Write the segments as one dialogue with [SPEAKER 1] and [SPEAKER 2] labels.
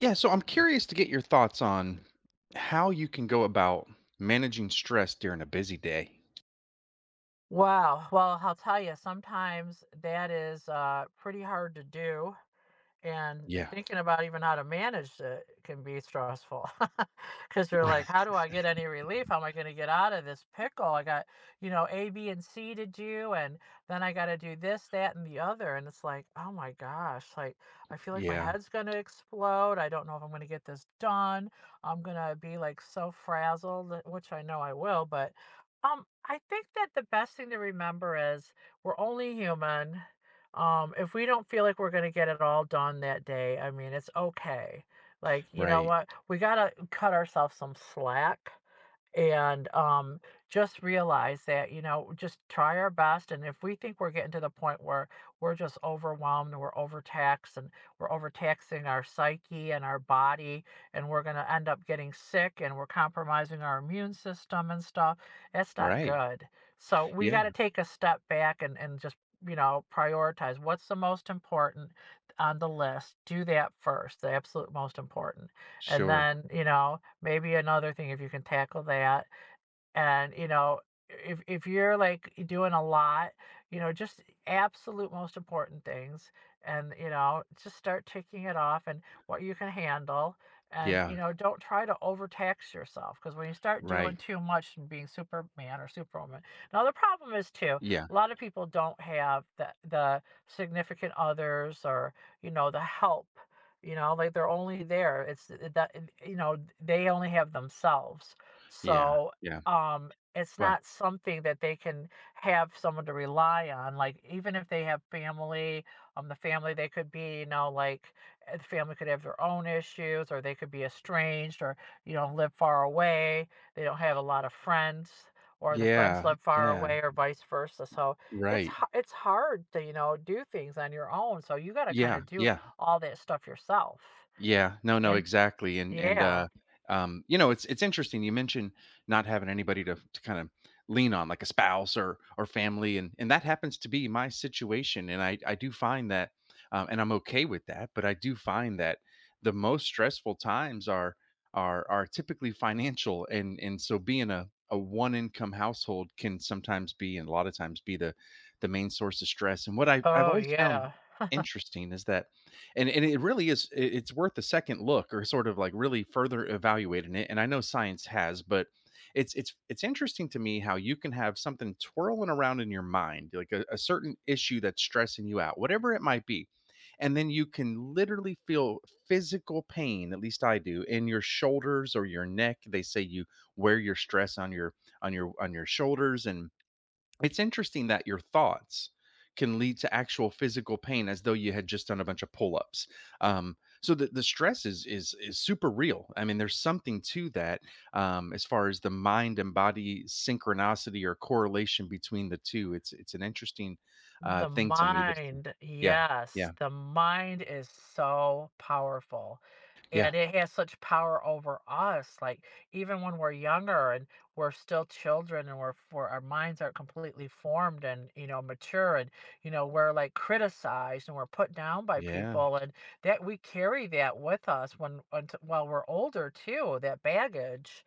[SPEAKER 1] Yeah, so I'm curious to get your thoughts on how you can go about managing stress during a busy day.
[SPEAKER 2] Wow. Well, I'll tell you, sometimes that is pretty hard to do. And
[SPEAKER 1] Yeah.
[SPEAKER 2] thinking about even how to manage it can be stressful because you're like,
[SPEAKER 1] Right.
[SPEAKER 2] how do I get any relief? How am I going to get out of this pickle? I got, you know, A, B, and C to do, and then I got to do this, that, and the other. And it's like, oh my gosh, like I feel like my
[SPEAKER 1] Yeah.
[SPEAKER 2] head's going to explode. I don't know if I'm going to get this done. I'm going to be like so frazzled, which I know I will, but I think that the best thing to remember is we're only human. If we don't feel like we're gonna get it all done that day, I mean, it's okay. Like, you know
[SPEAKER 1] Right.
[SPEAKER 2] what? We gotta cut ourselves some slack and just realize that, you know, just try our best. And if we think we're getting to the point where we're just overwhelmed and we're overtaxed and we're overtaxing our psyche and our body and we're going to end up getting sick and we're compromising our immune system and stuff, that's not
[SPEAKER 1] Right.
[SPEAKER 2] good. So we got to
[SPEAKER 1] Yeah.
[SPEAKER 2] take a step back and, just, you know, prioritize what's the most important on the list. Do that first, the absolute most important. And
[SPEAKER 1] Sure.
[SPEAKER 2] then, you know, maybe another thing, if you can tackle that, and, you know, if you're like doing a lot, you know, just absolute most important things and, you know, just start ticking it off and what you can handle. And, you
[SPEAKER 1] Yeah.
[SPEAKER 2] know, don't try to overtax yourself, because when you start doing
[SPEAKER 1] Right.
[SPEAKER 2] too much and being Superman or Superwoman. Now, the problem is, too,
[SPEAKER 1] Yeah.
[SPEAKER 2] a lot of people don't have the, significant others or, you know, the help, you know, like they're only there. It's eh, that, eh, you know, they only have themselves.
[SPEAKER 1] Yeah.
[SPEAKER 2] So,
[SPEAKER 1] Yeah.
[SPEAKER 2] it's
[SPEAKER 1] Well,
[SPEAKER 2] not something that they can have someone to rely on. Like, even if they have family, the family, they could be, you know, like the family could have their own issues or they could be estranged or, you know, live far away. They don't have a lot of friends or the friends
[SPEAKER 1] yeah.
[SPEAKER 2] live far
[SPEAKER 1] Yeah.
[SPEAKER 2] away or vice versa. So
[SPEAKER 1] Right.
[SPEAKER 2] it's hard to, you know, do things on your own. So you got to kind
[SPEAKER 1] Yeah.
[SPEAKER 2] of do
[SPEAKER 1] Yeah.
[SPEAKER 2] all that stuff yourself.
[SPEAKER 1] Yeah. No, no,
[SPEAKER 2] And
[SPEAKER 1] exactly. And
[SPEAKER 2] yeah.
[SPEAKER 1] yeah. You know, it's interesting you mentioned not having anybody to kind of lean on like a spouse or family, and that happens to be my situation, and I do find that and I'm okay with that — but I do find that the most stressful times are typically financial. And so being a one income household can sometimes be, and a lot of times be, the main source of stress. And what I've
[SPEAKER 2] Oh,
[SPEAKER 1] always found
[SPEAKER 2] yeah.
[SPEAKER 1] interesting is that — and it really is it's worth a second look, or sort of like really further evaluating it, and I know science has — but it's interesting to me how you can have something twirling around in your mind, like a certain issue that's stressing you out, whatever it might be, and then you can literally feel physical pain, at least I do, in your shoulders or your neck. They say you wear your stress on your on your shoulders. And it's interesting that your thoughts can lead to actual physical pain, as though you had just done a bunch of pull-ups. Um, so the stress is super real. I mean, there's something to that, as far as the mind and body synchronicity or correlation between the two. It's an interesting
[SPEAKER 2] The
[SPEAKER 1] thing to me. That's
[SPEAKER 2] mind,
[SPEAKER 1] yeah, yeah,
[SPEAKER 2] yes, the mind is so powerful
[SPEAKER 1] yeah,
[SPEAKER 2] and it has such power over us. Like, even when we're younger and we're still children and we're for our minds aren't completely formed and, you know, mature, and you know, we're like criticized and we're put down by
[SPEAKER 1] yeah,
[SPEAKER 2] people, and that we carry that with us when unt while we're older, too, that baggage.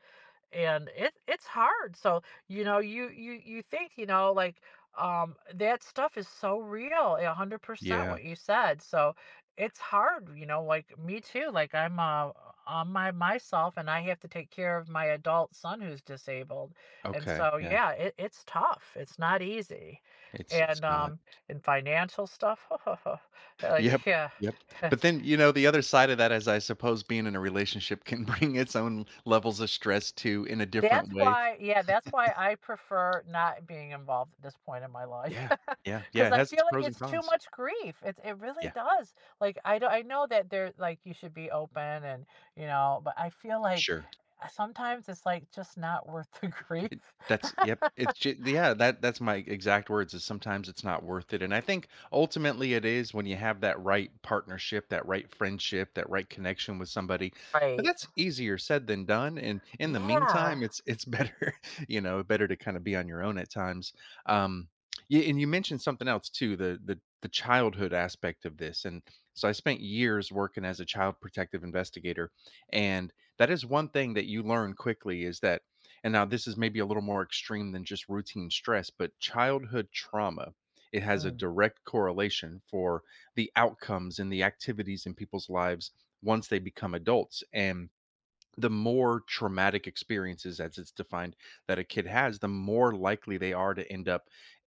[SPEAKER 2] And it it's hard. So, you know, you you think, you know, like that stuff is so real, a 100%
[SPEAKER 1] yeah.
[SPEAKER 2] what you said. So it's hard, you know, like me too. Like I'm on my myself and I have to take care of my adult son who's disabled. And
[SPEAKER 1] Okay,
[SPEAKER 2] so
[SPEAKER 1] yeah.
[SPEAKER 2] yeah, it's tough, it's not easy.
[SPEAKER 1] It's
[SPEAKER 2] And
[SPEAKER 1] not.
[SPEAKER 2] and financial stuff like
[SPEAKER 1] Yep,
[SPEAKER 2] yeah.
[SPEAKER 1] yep. But then, you know, the other side of that is, I suppose, being in a relationship can bring its own levels of stress too, in a
[SPEAKER 2] That's
[SPEAKER 1] different way.
[SPEAKER 2] why, yeah, that's why I prefer not being involved at this point in my life,
[SPEAKER 1] Yeah, yeah, yeah,
[SPEAKER 2] because
[SPEAKER 1] it
[SPEAKER 2] I
[SPEAKER 1] has its
[SPEAKER 2] feel like
[SPEAKER 1] pros and
[SPEAKER 2] it's too
[SPEAKER 1] cons.
[SPEAKER 2] much grief, it's it really
[SPEAKER 1] Yeah,
[SPEAKER 2] does, like, I do. I know that there, like, you should be open and, you know, but I feel like,
[SPEAKER 1] sure.
[SPEAKER 2] sometimes it's, like, just not worth the grief.
[SPEAKER 1] That's yep. It's ju Yeah, that that's my exact words is sometimes it's not worth it. And I think ultimately it is, when you have that right partnership, that right friendship, that right connection with somebody, but
[SPEAKER 2] Right.
[SPEAKER 1] that's easier said than done, and in the
[SPEAKER 2] Yeah.
[SPEAKER 1] meantime, it's better, you know, better to kinda be on your own at times. Um, yeah, and you mentioned something else too, the the childhood aspect of this. And so I spent years working as a child protective investigator, and that is one thing that you learn quickly is that — and now this is maybe a little more extreme than just routine stress — but childhood trauma, it has a
[SPEAKER 2] Mm.
[SPEAKER 1] direct correlation for the outcomes and the activities in people's lives once they become adults. And the more traumatic experiences, as it's defined, that a kid has, the more likely they are to end up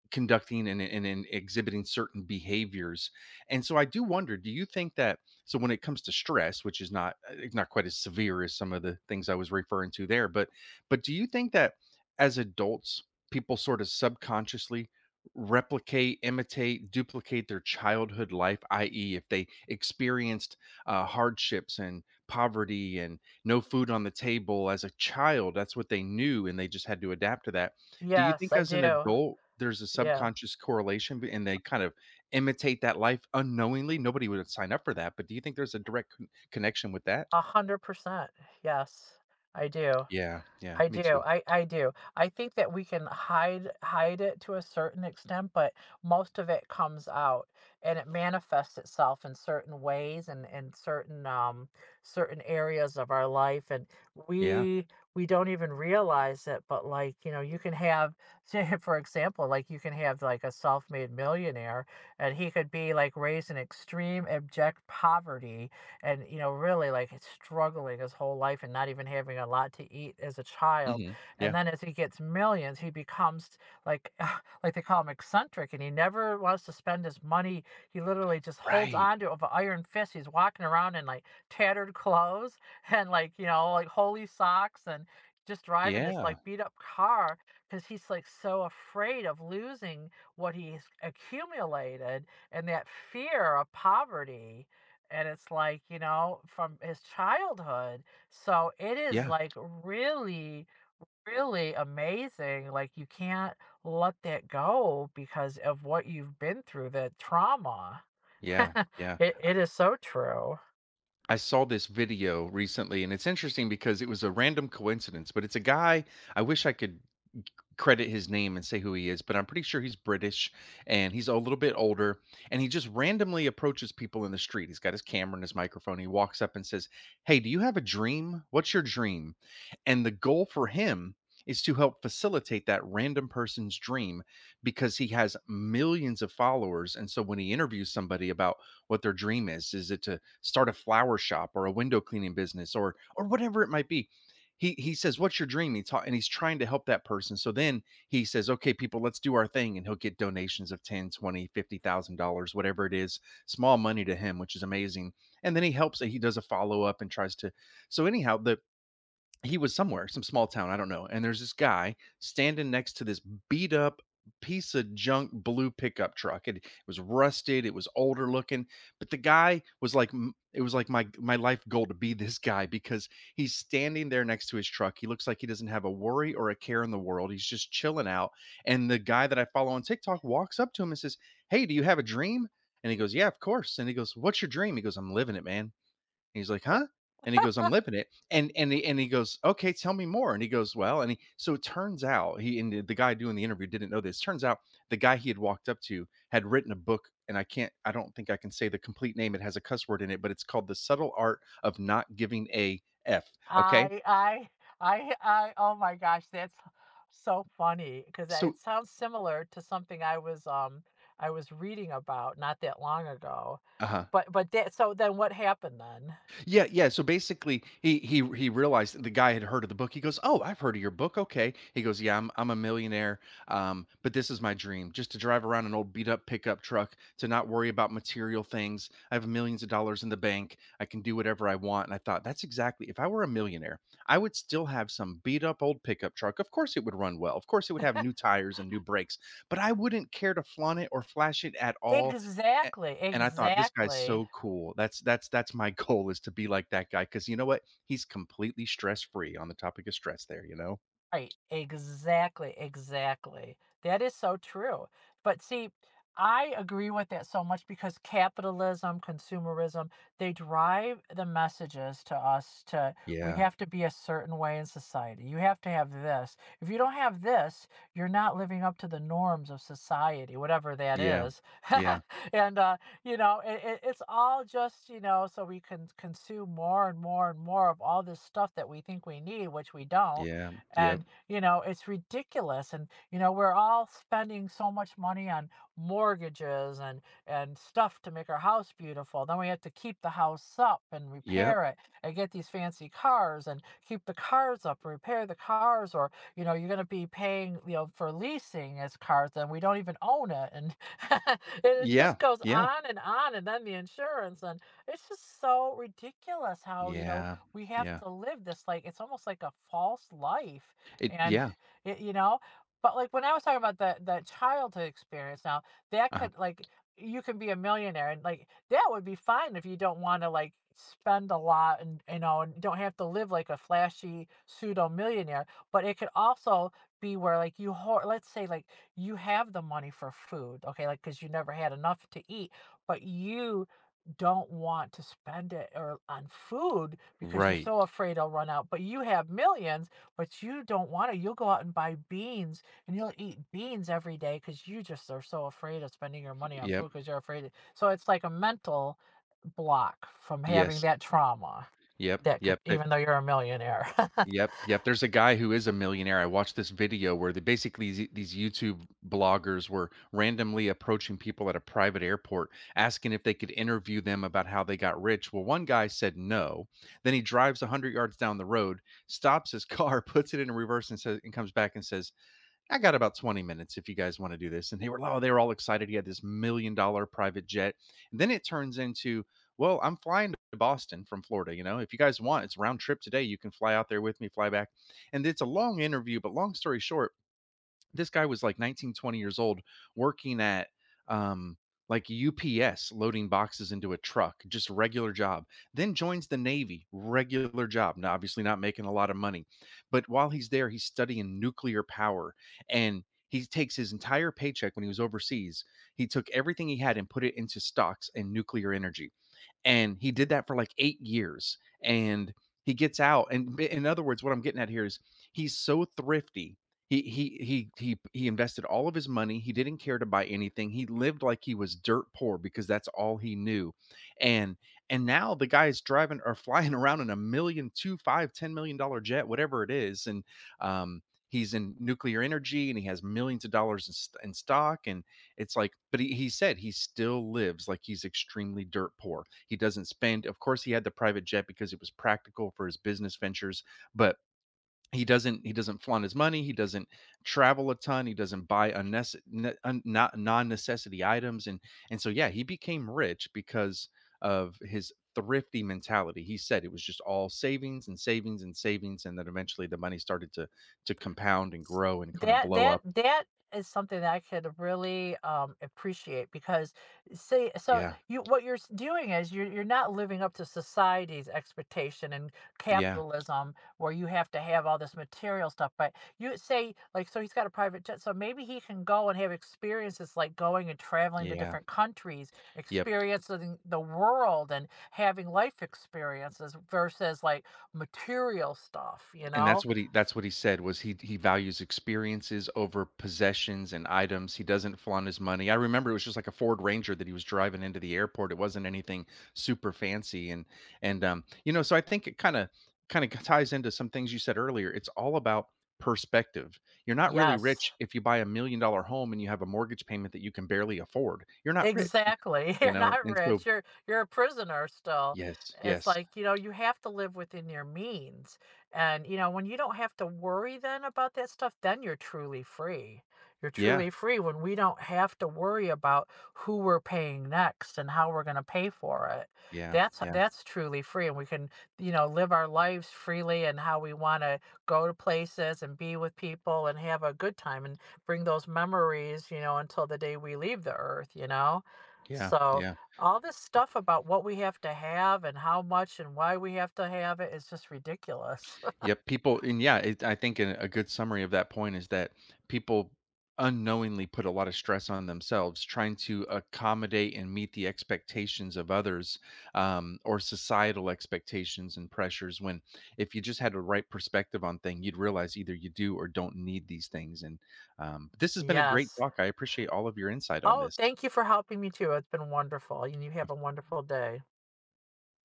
[SPEAKER 1] conducting and exhibiting certain behaviors. And so I do wonder, do you think that — so when it comes to stress, which is not not quite as severe as some of the things I was referring to there, but do you think that as adults, people sort of subconsciously replicate, imitate, duplicate their childhood life, i.e., if they experienced hardships and poverty and no food on the table as a child, that's what they knew, and they just had to adapt to that — do you
[SPEAKER 2] Yes,
[SPEAKER 1] think
[SPEAKER 2] I
[SPEAKER 1] as an
[SPEAKER 2] do.
[SPEAKER 1] adult, there's a
[SPEAKER 2] Yeah,
[SPEAKER 1] subconscious correlation b and they kind of imitate that life unknowingly? Nobody would sign up for that, but do you think there's a direct connection with that?
[SPEAKER 2] 100%. Yes, I do.
[SPEAKER 1] Yeah, yeah,
[SPEAKER 2] I
[SPEAKER 1] me
[SPEAKER 2] do,
[SPEAKER 1] too.
[SPEAKER 2] I do. I think that we can hide it to a certain extent, but most of it comes out and it manifests itself in certain ways and in certain certain areas of our life. And
[SPEAKER 1] Yeah,
[SPEAKER 2] we we don't even realize it, but like, you know, you can have, say, for example, like you can have like a self-made millionaire, and he could be like raised in extreme abject poverty and, you know, really like struggling his whole life and not even having a lot to eat as a child.
[SPEAKER 1] mhm,
[SPEAKER 2] And
[SPEAKER 1] yeah.
[SPEAKER 2] then as he gets millions, he becomes like like, they call him eccentric and he never wants to spend his money. He literally just holds
[SPEAKER 1] Right.
[SPEAKER 2] on to it with an iron fist. He's walking around in like tattered clothes and like, you know, like holy socks and just driving this like
[SPEAKER 1] Yeah,
[SPEAKER 2] beat up car because he's like so afraid of losing what he's accumulated. And that fear of poverty, and it's like, you know, from his childhood. So it is
[SPEAKER 1] yeah,
[SPEAKER 2] like really, really amazing, like you can't let that go because of what you've been through, the trauma.
[SPEAKER 1] yeah, yeah.
[SPEAKER 2] It is so true.
[SPEAKER 1] I saw this video recently, and it's interesting because it was a random coincidence, but it's a guy — I wish I could credit his name and say who he is, but I'm pretty sure he's British and he's a little bit older — and he just randomly approaches people in the street. He's got his camera and his microphone. He walks up and says, "Hey, do you have a dream? What's your dream?" And the goal for him is to help facilitate that random person's dream, because he has millions of followers. And so when he interviews somebody about what their dream is it to start a flower shop or a window cleaning business or whatever it might be, he says, "What's your dream?" And he's trying to help that person. So then he says, "Okay, people, let's do our thing." And he'll get donations of 10, 20, $50,000, whatever it is, small money to him, which is amazing. And then he does a follow up and tries to — so anyhow, the he was somewhere, some small town, I don't know. And there's this guy standing next to this beat up piece of junk blue pickup truck. It was rusted, it was older looking, but the guy was like — it was like my life goal to be this guy, because he's standing there next to his truck. He looks like he doesn't have a worry or a care in the world. He's just chilling out. And the guy that I follow on TikTok walks up to him and says, "Hey, do you have a dream?" And he goes, "Yeah, of course." And he goes, "What's your dream?" He goes, "I'm living it, man." He's like, "Huh?" And he goes, "I'm lipping it." And he goes, "Okay, tell me more." And he goes, "Well," and he — so it turns out he, and the guy doing the interview didn't know this. Turns out the guy he had walked up to had written a book, and I don't think I can say the complete name. It has a cuss word in it, but it's called The Subtle Art of Not Giving a F. Okay.
[SPEAKER 2] I I I Oh my gosh, that's so funny because it
[SPEAKER 1] So
[SPEAKER 2] sounds similar to something I was I was reading about not that long ago.
[SPEAKER 1] uh-huh.
[SPEAKER 2] But that, so then what happened then?
[SPEAKER 1] Yeah, yeah. So basically, he realized that the guy had heard of the book. He goes, "Oh, I've heard of your book. Okay." He goes, "Yeah, I'm a millionaire, but this is my dream: just to drive around an old beat up pickup truck, to not worry about material things. I have millions of dollars in the bank. I can do whatever I want." And I thought, that's exactly. If I were a millionaire, I would still have some beat up old pickup truck. Of course, it would run well. Of course, it would have new tires and new brakes, but I wouldn't care to flaunt it or flash it at all.
[SPEAKER 2] Exactly,
[SPEAKER 1] And I thought, "This guy's
[SPEAKER 2] exactly.
[SPEAKER 1] so cool." That's my goal, is to be like that guy, because you know what? He's completely stress free on the topic of stress there, you know?
[SPEAKER 2] Right. Exactly. Exactly. That is so true. But see, I agree with that so much, because capitalism, consumerism, they drive the messages to us to, we
[SPEAKER 1] Yeah.
[SPEAKER 2] have to be a certain way in society. You have to have this. If you don't have this, you're not living up to the norms of society, whatever that
[SPEAKER 1] Yeah.
[SPEAKER 2] is.
[SPEAKER 1] Yeah.
[SPEAKER 2] And you know, it's all just, you know, so we can consume more and more and more of all this stuff that we think we need, which we don't.
[SPEAKER 1] Yeah. Yep.
[SPEAKER 2] And, you know, it's ridiculous. And, you know, we're all spending so much money on mortgages and, stuff to make our house beautiful. Then we have to keep the house up and
[SPEAKER 1] Yep.
[SPEAKER 2] repair it and get these fancy cars and keep the cars up, and repair the cars, or, you know, you're going to be paying, you know, for leasing as cars and we don't even own it. And it just
[SPEAKER 1] Yeah.
[SPEAKER 2] goes
[SPEAKER 1] Yeah.
[SPEAKER 2] on. And then the insurance. And it's just so ridiculous how, you know,
[SPEAKER 1] Yeah.
[SPEAKER 2] we have
[SPEAKER 1] Yeah.
[SPEAKER 2] to live this like, it's almost like a false life.
[SPEAKER 1] It
[SPEAKER 2] And
[SPEAKER 1] yeah.
[SPEAKER 2] it, you know, but like when I was talking about the childhood experience. Now that
[SPEAKER 1] Uh-huh.
[SPEAKER 2] could, like, you can be a millionaire and like that would be fine if you don't want to, like, spend a lot and, you know, and don't have to live like a flashy pseudo millionaire. But it could also be where, like, you let's say, like, you have the money for food, okay, like because you never had enough to eat, but you don't want to spend it or on food because you're
[SPEAKER 1] Right.
[SPEAKER 2] so afraid I'll run out. But you have millions, but you don't want to. You'll go out and buy beans and you'll eat beans every day because you just are so afraid of spending your money on
[SPEAKER 1] Yep.
[SPEAKER 2] food because you're afraid. So it's like a mental block from having
[SPEAKER 1] Yes.
[SPEAKER 2] that trauma
[SPEAKER 1] Yep.
[SPEAKER 2] that could,
[SPEAKER 1] Yep.
[SPEAKER 2] even though you're a millionaire.
[SPEAKER 1] Yep, yep, there's a guy who is a millionaire. I watched this video where they basically — these YouTube bloggers were randomly approaching people at a private airport, asking if they could interview them about how they got rich. Well, one guy said no, then he drives 100 yards down the road, stops his car, puts it in reverse, and says — and comes back and says, I got about 20 minutes if you guys want to do this. And they were, oh, they were all excited. He had this $1 million private jet. And then it turns into, well, I'm flying to Boston from Florida. You know, if you guys want, it's round trip today. You can fly out there with me, fly back. And it's a long interview, but long story short, this guy was like 19, 20 years old working at um like UPS loading boxes into a truck, just regular job. Then joins the Navy, regular job. Now obviously not making a lot of money. But while he's there, he's studying nuclear power, and he takes his entire paycheck when he was overseas. He took everything he had and put it into stocks and nuclear energy, and he did that for like 8 years, and he gets out. And in other words, what I'm getting at here is he's so thrifty. He invested all of his money. He didn't care to buy anything. He lived like he was dirt poor, because that's all he knew. And and now the guy is driving or flying around in a million, two, five, ten million dollar jet, whatever it is. And um he's in nuclear energy and he has millions of dollars in, in stock. And it's like, but he said he still lives like he's extremely dirt poor. He doesn't spend — of course, he had the private jet because it was practical for his business ventures, but he doesn't flaunt his money, he doesn't travel a ton, he doesn't buy unnecess not non-necessity items. And so, yeah, he became rich because of his thrifty mentality. He said it was just all savings and savings and savings, and then eventually the money started to compound and grow and kinda
[SPEAKER 2] That
[SPEAKER 1] blow
[SPEAKER 2] that
[SPEAKER 1] up.
[SPEAKER 2] that is something that I could really, appreciate because see, so
[SPEAKER 1] Yeah.
[SPEAKER 2] you what you're s doing is you're not living up to society's expectation and
[SPEAKER 1] Yeah.
[SPEAKER 2] capitalism, where you have to have all this material stuff. But you say, like, so he's got a private jet, so maybe he can go and have experiences, like going and traveling to
[SPEAKER 1] Yeah.
[SPEAKER 2] different countries,
[SPEAKER 1] Yep.
[SPEAKER 2] experiencing the world and having life experiences versus, like, material stuff, you
[SPEAKER 1] And
[SPEAKER 2] know?
[SPEAKER 1] that's what he said was he values experiences over possessions and items. He doesn't flaunt his money. I remember it was just like a Ford Ranger that he was driving into the airport. It wasn't anything super fancy. And You know, so I think it kind of ties into some things you said earlier. It's all about perspective. You're not really
[SPEAKER 2] Yes.
[SPEAKER 1] rich if you buy $1 million home and you have a mortgage payment that you can barely afford. You're not rich. You,
[SPEAKER 2] Exactly.
[SPEAKER 1] you
[SPEAKER 2] You're
[SPEAKER 1] know,
[SPEAKER 2] not
[SPEAKER 1] and so
[SPEAKER 2] rich. You're a prisoner still.
[SPEAKER 1] yes,
[SPEAKER 2] It's
[SPEAKER 1] yes.
[SPEAKER 2] like, you know, you have to live within your means. And, you know, when you don't have to worry then about that stuff, then you're truly free. You're
[SPEAKER 1] Yeah.
[SPEAKER 2] truly free when we don't have to worry about who we're paying next and how we're going to pay for it.
[SPEAKER 1] Yeah. Yeah.
[SPEAKER 2] That's truly free. And we can, you know, live our lives freely and how we want to go to places and be with people and have a good time and bring those memories, you know, until the day we leave the earth, you know?
[SPEAKER 1] Yeah.
[SPEAKER 2] So,
[SPEAKER 1] Yeah.
[SPEAKER 2] all this stuff about what we have to have and how much and why we have to have it is just ridiculous.
[SPEAKER 1] Yep, people, and yeah, it, I think a good summary of that point is that people unknowingly put a lot of stress on themselves trying to accommodate and meet the expectations of others, or societal expectations and pressures. When if you just had a right perspective on thing, you'd realize either you do or don't need these things. And this has been a great
[SPEAKER 2] Yes.
[SPEAKER 1] talk. I appreciate all of your insight on
[SPEAKER 2] Oh,
[SPEAKER 1] this.
[SPEAKER 2] thank you for helping me too. It's been wonderful. And you have a wonderful day.